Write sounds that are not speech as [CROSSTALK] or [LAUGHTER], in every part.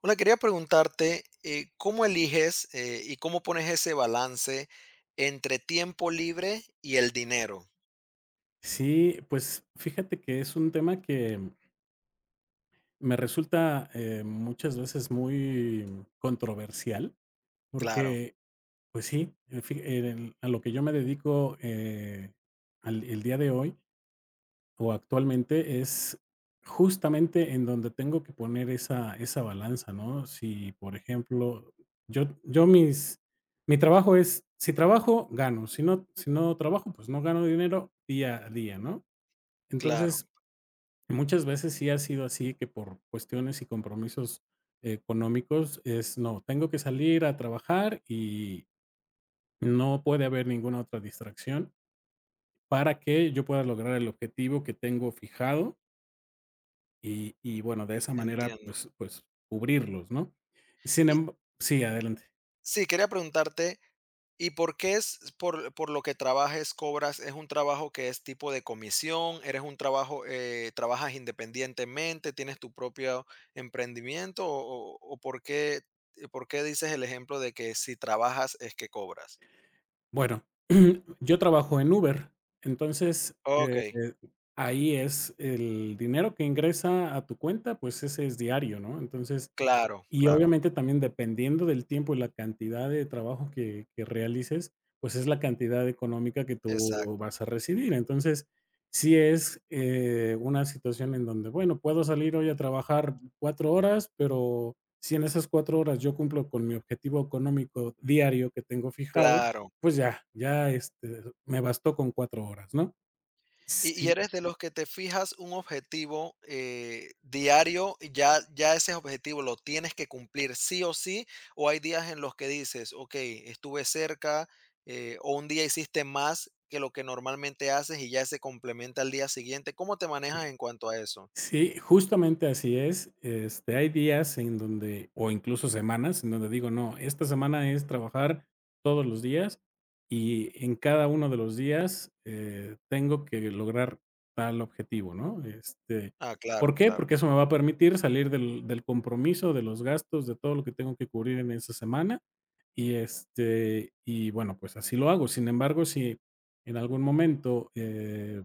Hola, quería preguntarte, ¿cómo eliges, y cómo pones ese balance entre tiempo libre y el dinero? Sí, pues fíjate que es un tema que me resulta, muchas veces muy controversial, Claro, porque, pues sí, en fi en el a lo que yo me dedico, al el día de hoy, o actualmente, es justamente en donde tengo que poner esa balanza, ¿no? Si, por ejemplo, yo mis mi trabajo es, si trabajo, gano, si no trabajo, pues no gano dinero día a día, ¿no? claro, Entonces. Y muchas veces sí ha sido así que por cuestiones y compromisos económicos es no, tengo que salir a trabajar y no puede haber ninguna otra distracción para que yo pueda lograr el objetivo que tengo fijado y bueno, de esa manera entiendo. pues cubrirlos, ¿no? Sin Y embargo, sí, adelante. sí, quería preguntarte, ¿y por qué es por lo que trabajes, cobras? ¿Es un trabajo que es tipo de comisión? ¿Eres un trabajo, trabajas independientemente? ¿Tienes tu propio emprendimiento? ¿O, o por qué dices el ejemplo de que si trabajas es que cobras? Bueno, [CLEARS THROAT] yo trabajo en Uber, entonces, Ok, eh, ahí es el dinero que ingresa a tu cuenta, pues ese es diario, ¿no? Entonces. claro, Y claro, obviamente también dependiendo del tiempo y la cantidad de trabajo que realices, pues es la cantidad económica que tú exacto. vas a recibir. Entonces, si es, una situación en donde, bueno, puedo salir hoy a trabajar 4 horas, pero si en esas 4 horas yo cumplo con mi objetivo económico diario que tengo fijado, Claro. pues ya, este, me bastó con 4 horas, ¿no? Y Sí. eres de los que te fijas un objetivo, diario, y ya ese objetivo lo tienes que cumplir sí o sí, o hay días en los que dices: "Okey, estuve cerca", o un día hiciste más que lo que normalmente haces y ya se complementa al día siguiente, ¿cómo te manejas en cuanto a eso? Sí, justamente así es. Este, hay días en donde, o incluso semanas, en donde digo, no, esta semana es trabajar todos los días y en cada uno de los días tengo que lograr tal objetivo, ¿no? Este, Ah, ¿por claro, qué? claro. Porque eso me va a permitir salir del compromiso, de los gastos, de todo lo que tengo que cubrir en esa semana. Y, este, y bueno, pues así lo hago. Sin embargo, si en algún momento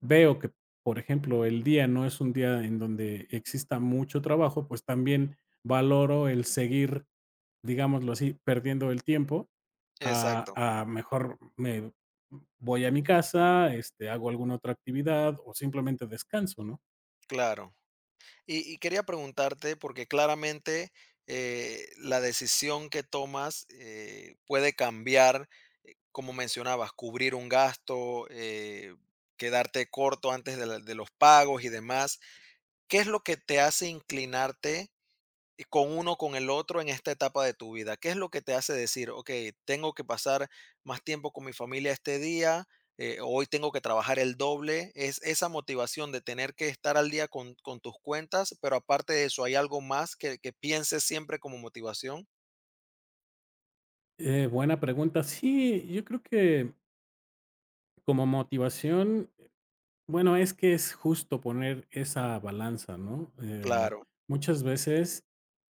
veo que, por ejemplo, el día no es un día en donde exista mucho trabajo, pues también valoro el seguir, digámoslo así, perdiendo el tiempo, a, Exacto, a mejor me voy a mi casa, este, hago alguna otra actividad o simplemente descanso, ¿no? claro. Y quería preguntarte, porque claramente, la decisión que tomas, puede cambiar, como mencionabas, cubrir un gasto, quedarte corto antes de la de los pagos y demás. ¿Qué es lo que te hace inclinarte y con uno, con el otro en esta etapa de tu vida? ¿Qué es lo que te hace decir, ok, tengo que pasar más tiempo con mi familia este día, hoy tengo que trabajar el doble? Es esa motivación de tener que estar al día con tus cuentas, pero aparte de eso, ¿hay algo más que pienses siempre como motivación? Buena pregunta. Sí, yo creo que como motivación. Bueno, es que es justo poner esa balanza, ¿no? Claro, Muchas veces,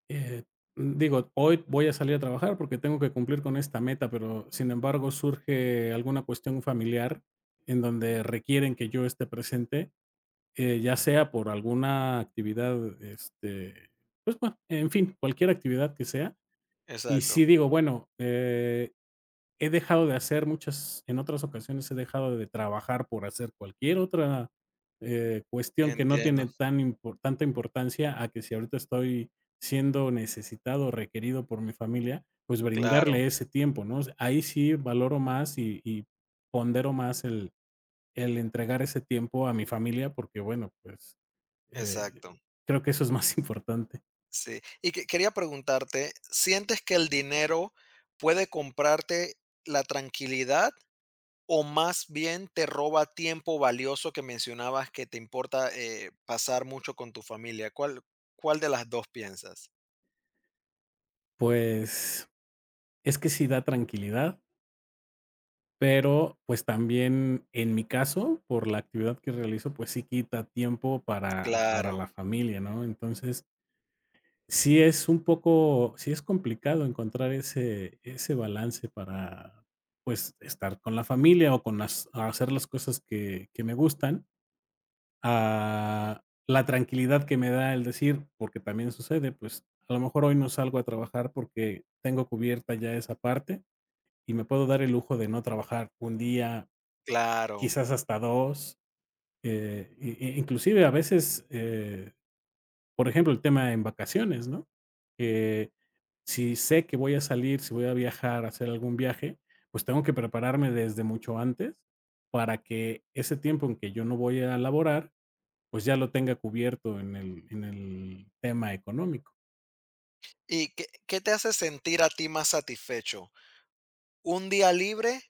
eh, digo, hoy voy a salir a trabajar porque tengo que cumplir con esta meta, pero sin embargo surge alguna cuestión familiar en donde requieren que yo esté presente, ya sea por alguna actividad, este, pues bueno, en fin, cualquier actividad que sea. Y sí exacto. digo, bueno, he dejado de hacer muchas, en otras ocasiones he dejado de trabajar por hacer cualquier otra cuestión que no Entiendo. tiene tan tanta importancia a que si ahorita estoy siendo necesitado o requerido por mi familia, pues Claro, brindarle ese tiempo, ¿no? Ahí sí valoro más y pondero más el entregar ese tiempo a mi familia porque, bueno, pues eh, exacto. creo que eso es más [LAUGHS] importante. Sí. Y quería preguntarte, ¿sientes que el dinero puede comprarte la tranquilidad o más bien te roba tiempo valioso que mencionabas que te importa pasar mucho con tu familia? ¿Cuál, cuál de las dos piensas? Pues es que sí da tranquilidad, pero, pues, también en mi caso, por la actividad que realizo, pues, sí quita tiempo para Claro, la familia, ¿no? Entonces, sí es un poco, sí es complicado encontrar ese balance para, pues, estar con la familia o con las a hacer las cosas que me gustan, a la tranquilidad que me da el decir, porque también sucede, pues, a lo mejor hoy no salgo a trabajar porque tengo cubierta ya esa parte y me puedo dar el lujo de no trabajar un día, claro. quizás hasta dos, inclusive a veces, por ejemplo, el tema en vacaciones, ¿no? Eh, si sé que voy a salir, si voy a viajar, a hacer algún viaje, pues tengo que prepararme desde mucho antes para que ese tiempo en que yo no voy a laborar, pues ya lo tenga cubierto en el tema económico. ¿Y qué, qué te hace sentir a ti más satisfecho? ¿Un día libre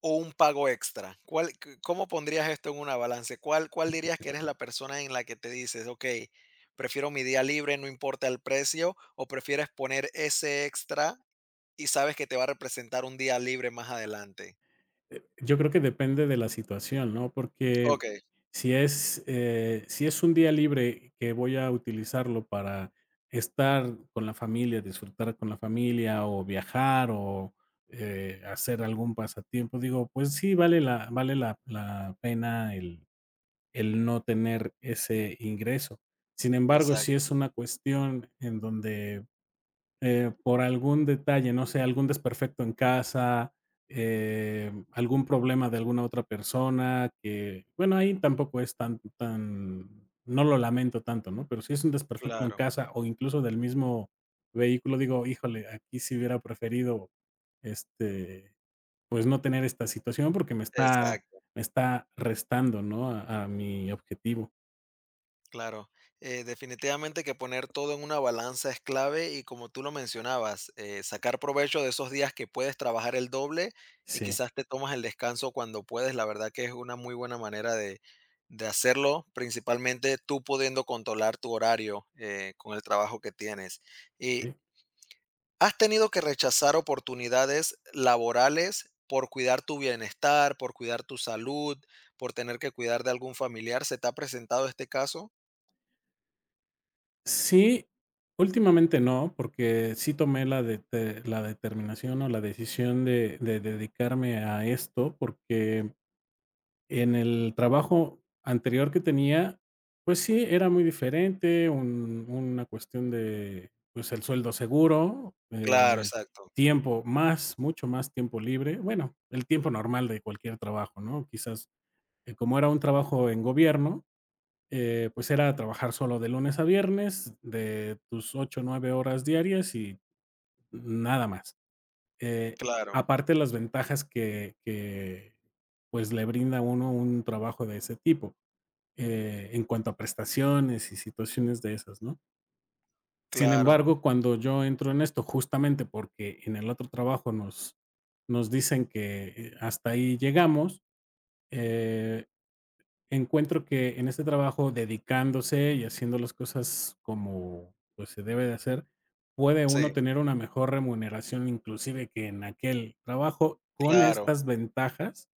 o un pago extra? ¿Cuál, cómo pondrías esto en una balance? ¿Cuál, cuál dirías que eres la persona en la que te dices, ok, prefiero mi día libre, no importa el precio, o prefieres poner ese extra y sabes que te va a representar un día libre más adelante? Yo creo que depende de la situación, ¿no? Porque Ok. si es un día libre que voy a utilizarlo para estar con la familia, disfrutar con la familia o viajar o hacer algún pasatiempo, digo, pues sí, la pena el no tener ese ingreso. Sin embargo, si Exacto, es una cuestión en donde por algún detalle, no sé, algún desperfecto en casa, algún problema de alguna otra persona, que, bueno, ahí tampoco es tan, no lo lamento tanto, ¿no? Pero si es un desperfecto en claro, casa o incluso del mismo vehículo, digo, híjole, aquí sí hubiera preferido, este, pues no tener esta situación porque me está, exacto, me está restando, ¿no? A mi objetivo. claro. Definitivamente que poner todo en una balanza es clave y como tú lo mencionabas, sacar provecho de esos días que puedes trabajar el doble y Sí. quizás te tomas el descanso cuando puedes, la verdad que es una muy buena manera de hacerlo, principalmente tú pudiendo controlar tu horario con el trabajo que tienes. ¿Has tenido que rechazar oportunidades laborales por cuidar tu bienestar, por cuidar tu salud, por tener que cuidar de algún familiar? ¿Se te ha presentado este caso? Sí, últimamente no, porque sí tomé la determinación o la decisión de dedicarme a esto, porque en el trabajo anterior que tenía, pues sí, era muy diferente, un una cuestión de, pues, el sueldo seguro, Claro, exacto. Mucho más tiempo libre, bueno, el tiempo normal de cualquier trabajo, ¿no? Quizás, como era un trabajo en gobierno, pues era trabajar solo de lunes a viernes, de tus 8, 9 horas diarias y nada más. Eh, Claro, Aparte las ventajas que, pues, le brinda a uno un trabajo de ese tipo, en cuanto a prestaciones y situaciones de esas, ¿no? Sin claro. embargo, cuando yo entro en esto, justamente porque en el otro trabajo nos dicen que, hasta ahí llegamos. eh Encuentro que en este trabajo, dedicándose y haciendo las cosas como pues se debe de hacer, puede Sí, uno tener una mejor remuneración, inclusive que en aquel trabajo, con claro, estas ventajas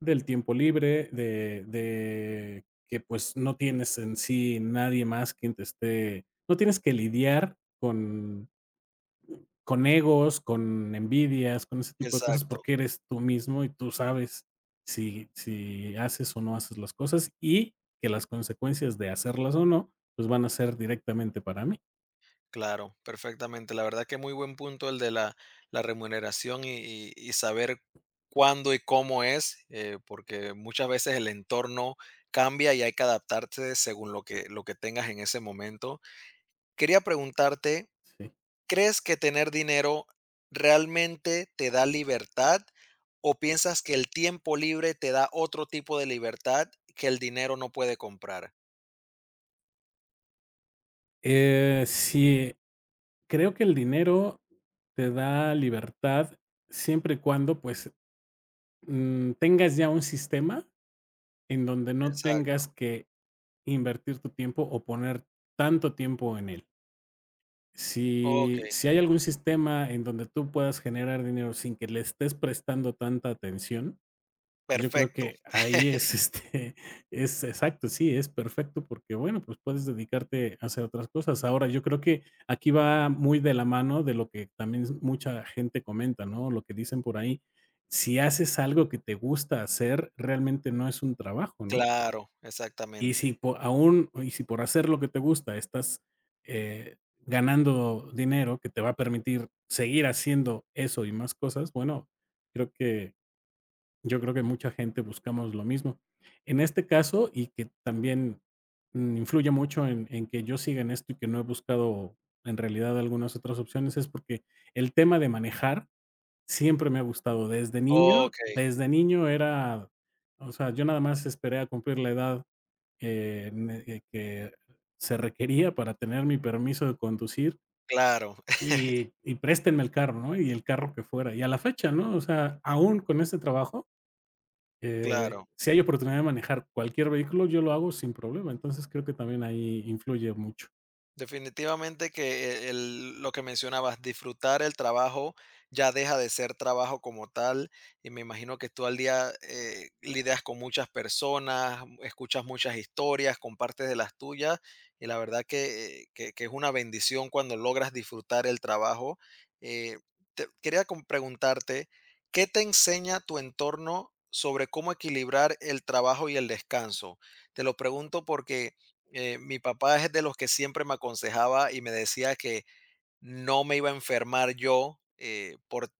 del tiempo libre, de que pues no tienes en sí nadie más quien te esté, no tienes que lidiar con egos, con envidias, con ese tipo de cosas, exacto. porque eres tú mismo y tú sabes si haces o no haces las cosas, y que las consecuencias de hacerlas o no, pues, van a ser directamente para mí. Claro, perfectamente. La verdad que muy buen punto el de la, la remuneración y, y saber cuándo y cómo es, porque muchas veces el entorno cambia y hay que adaptarse según lo que tengas en ese momento. Quería preguntarte, Sí. ¿crees que tener dinero realmente te da libertad o piensas que el tiempo libre te da otro tipo de libertad que el dinero no puede comprar? Sí, creo que el dinero te da libertad siempre y cuando, pues, tengas ya un sistema en donde no tengas Exacto. que invertir tu tiempo o poner tanto tiempo en él. Ok, Si hay algún sistema en donde tú puedas generar dinero sin que le estés prestando tanta atención, yo creo perfecto. que ahí es, [LAUGHS] [LAUGHS] este, es exacto, sí, es perfecto, porque bueno, pues puedes dedicarte a hacer otras cosas. Ahora, yo creo que aquí va muy de la mano de lo que también mucha gente comenta, ¿no? Lo que dicen por ahí. Si haces algo que te gusta hacer, realmente no es un trabajo, ¿no? Claro, Y si exactamente. po aún, y si por hacer lo que te gusta estás, eh, ganando dinero que te va a permitir seguir haciendo eso y más cosas, bueno, creo que yo creo que mucha gente buscamos lo mismo. En este caso, y que también, influye mucho en que yo siga en esto y que no he buscado en realidad algunas otras opciones, es porque el tema de manejar siempre me ha gustado. Okey, Desde niño era, o sea, yo nada más esperé a cumplir la edad ne que se requería para tener mi permiso de conducir claro, [LAUGHS] y préstenme el carro, ¿no? Y el carro que fuera. Y a la fecha, ¿no? O sea, aún con este trabajo, claro. si hay oportunidad de manejar cualquier vehículo, yo lo hago sin problema. Entonces, creo que también ahí influye mucho. Definitivamente que el lo que mencionabas, disfrutar el trabajo ya deja de ser trabajo como tal, y me imagino que tú al día, lidias con muchas personas, escuchas muchas historias, compartes de las tuyas, y la verdad que, que es una bendición cuando logras disfrutar el trabajo. Eh, te quería com preguntarte, ¿qué te enseña tu entorno sobre cómo equilibrar el trabajo y el descanso? Te lo pregunto porque mi papá es de los que siempre me aconsejaba y me decía que no me iba a enfermar yo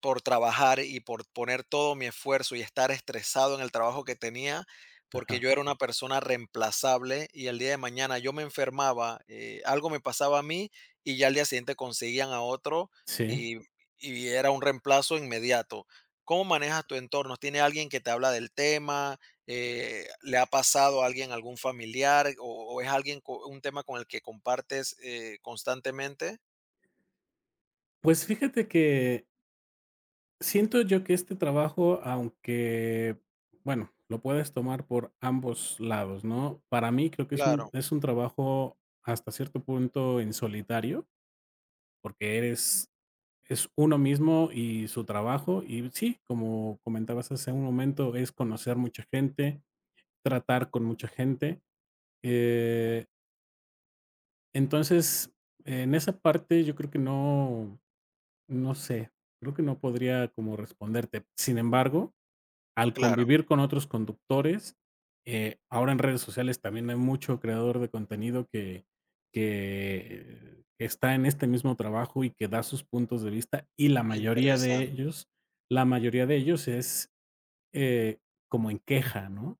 por trabajar y por poner todo mi esfuerzo y estar estresado en el trabajo que tenía, porque Ajá. yo era una persona reemplazable y el día de mañana yo me enfermaba, algo me pasaba a mí y ya al día siguiente conseguían a otro Sí. y, y era un reemplazo inmediato. ¿Cómo manejas tu entorno? ¿Tiene alguien que te habla del tema? ¿Le ha pasado a alguien, algún familiar? ¿O, es alguien un tema con el que compartes constantemente? Pues fíjate que siento yo que este trabajo, aunque, bueno, lo puedes tomar por ambos lados, ¿no? Para mí creo que es un Claro, es un trabajo hasta cierto punto en solitario, porque eres es uno mismo y su trabajo, y sí, como comentabas hace un momento, es conocer mucha gente, tratar con mucha gente. Eh, entonces, en esa parte yo creo que no, no sé, creo que no podría como responderte. Sin embargo, al claro. convivir con otros conductores, ahora en redes sociales también hay mucho creador de contenido que está en este mismo trabajo y que da sus puntos de vista, y Interesante. La mayoría de ellos es, eh, como en queja, ¿no?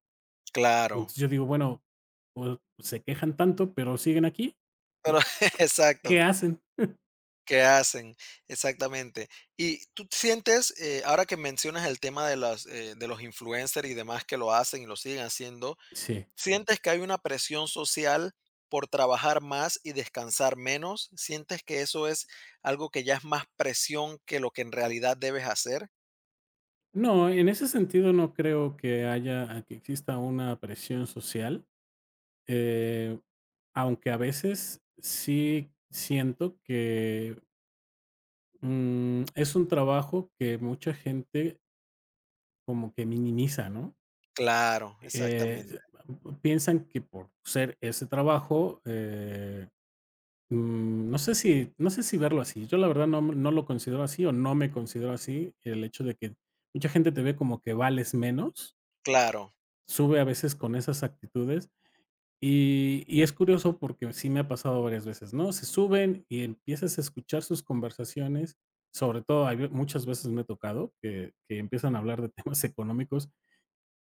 Claro. Entonces, yo digo, bueno, pues, se quejan tanto, pero siguen aquí, Pero [LAUGHS] exacto, ¿qué hacen? ¿qué hacen? Exactamente. Y tú sientes, ahora que mencionas el tema de los influencers y demás que lo hacen y lo siguen haciendo, Sí. ¿sientes que hay una presión social por trabajar más y descansar menos? ¿Sientes que eso es algo que ya es más presión que lo que en realidad debes hacer? No, en ese sentido no creo que haya que exista una presión social. Eh, Aunque a veces sí siento que, es un trabajo que mucha gente como que minimiza, ¿no? Claro, exactamente. S Piensan que por ser ese trabajo, no sé si verlo así. Yo la verdad no lo considero así, o no me considero así. El hecho de que mucha gente te ve como que vales menos, Claro, sube a veces con esas actitudes. Y es curioso porque sí me ha pasado varias veces, ¿no? Se suben y empiezas a escuchar sus conversaciones, sobre todo, hay ve muchas veces me ha tocado que empiezan a hablar de [LAUGHS] temas económicos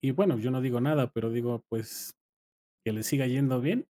y, bueno, yo no digo nada, pero digo, pues, que le siga yendo bien.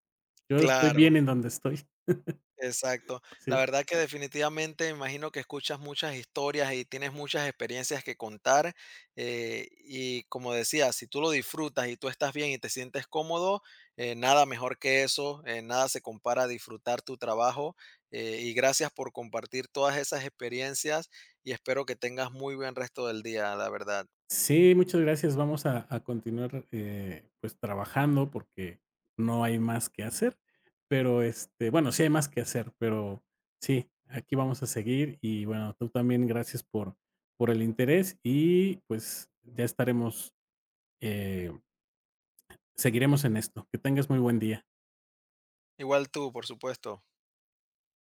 Yo estoy claro. bien en donde estoy. [LAUGHS] Exacto. La Sí. verdad que definitivamente me imagino que escuchas muchas historias y tienes muchas experiencias que contar. Y como decía, si tú lo disfrutas y tú estás bien y te sientes cómodo, nada mejor que eso, nada se compara a disfrutar tu trabajo. Y gracias por compartir todas esas experiencias y espero que tengas muy buen resto del día, la verdad. Sí, muchas gracias. Vamos a continuar, pues trabajando porque no hay más que hacer, pero este, bueno, sí hay más que hacer, pero sí, aquí vamos a seguir y bueno, tú también gracias por el interés y pues ya estaremos, eh, seguiremos en esto. Que tengas muy buen día. Igual tú, por supuesto.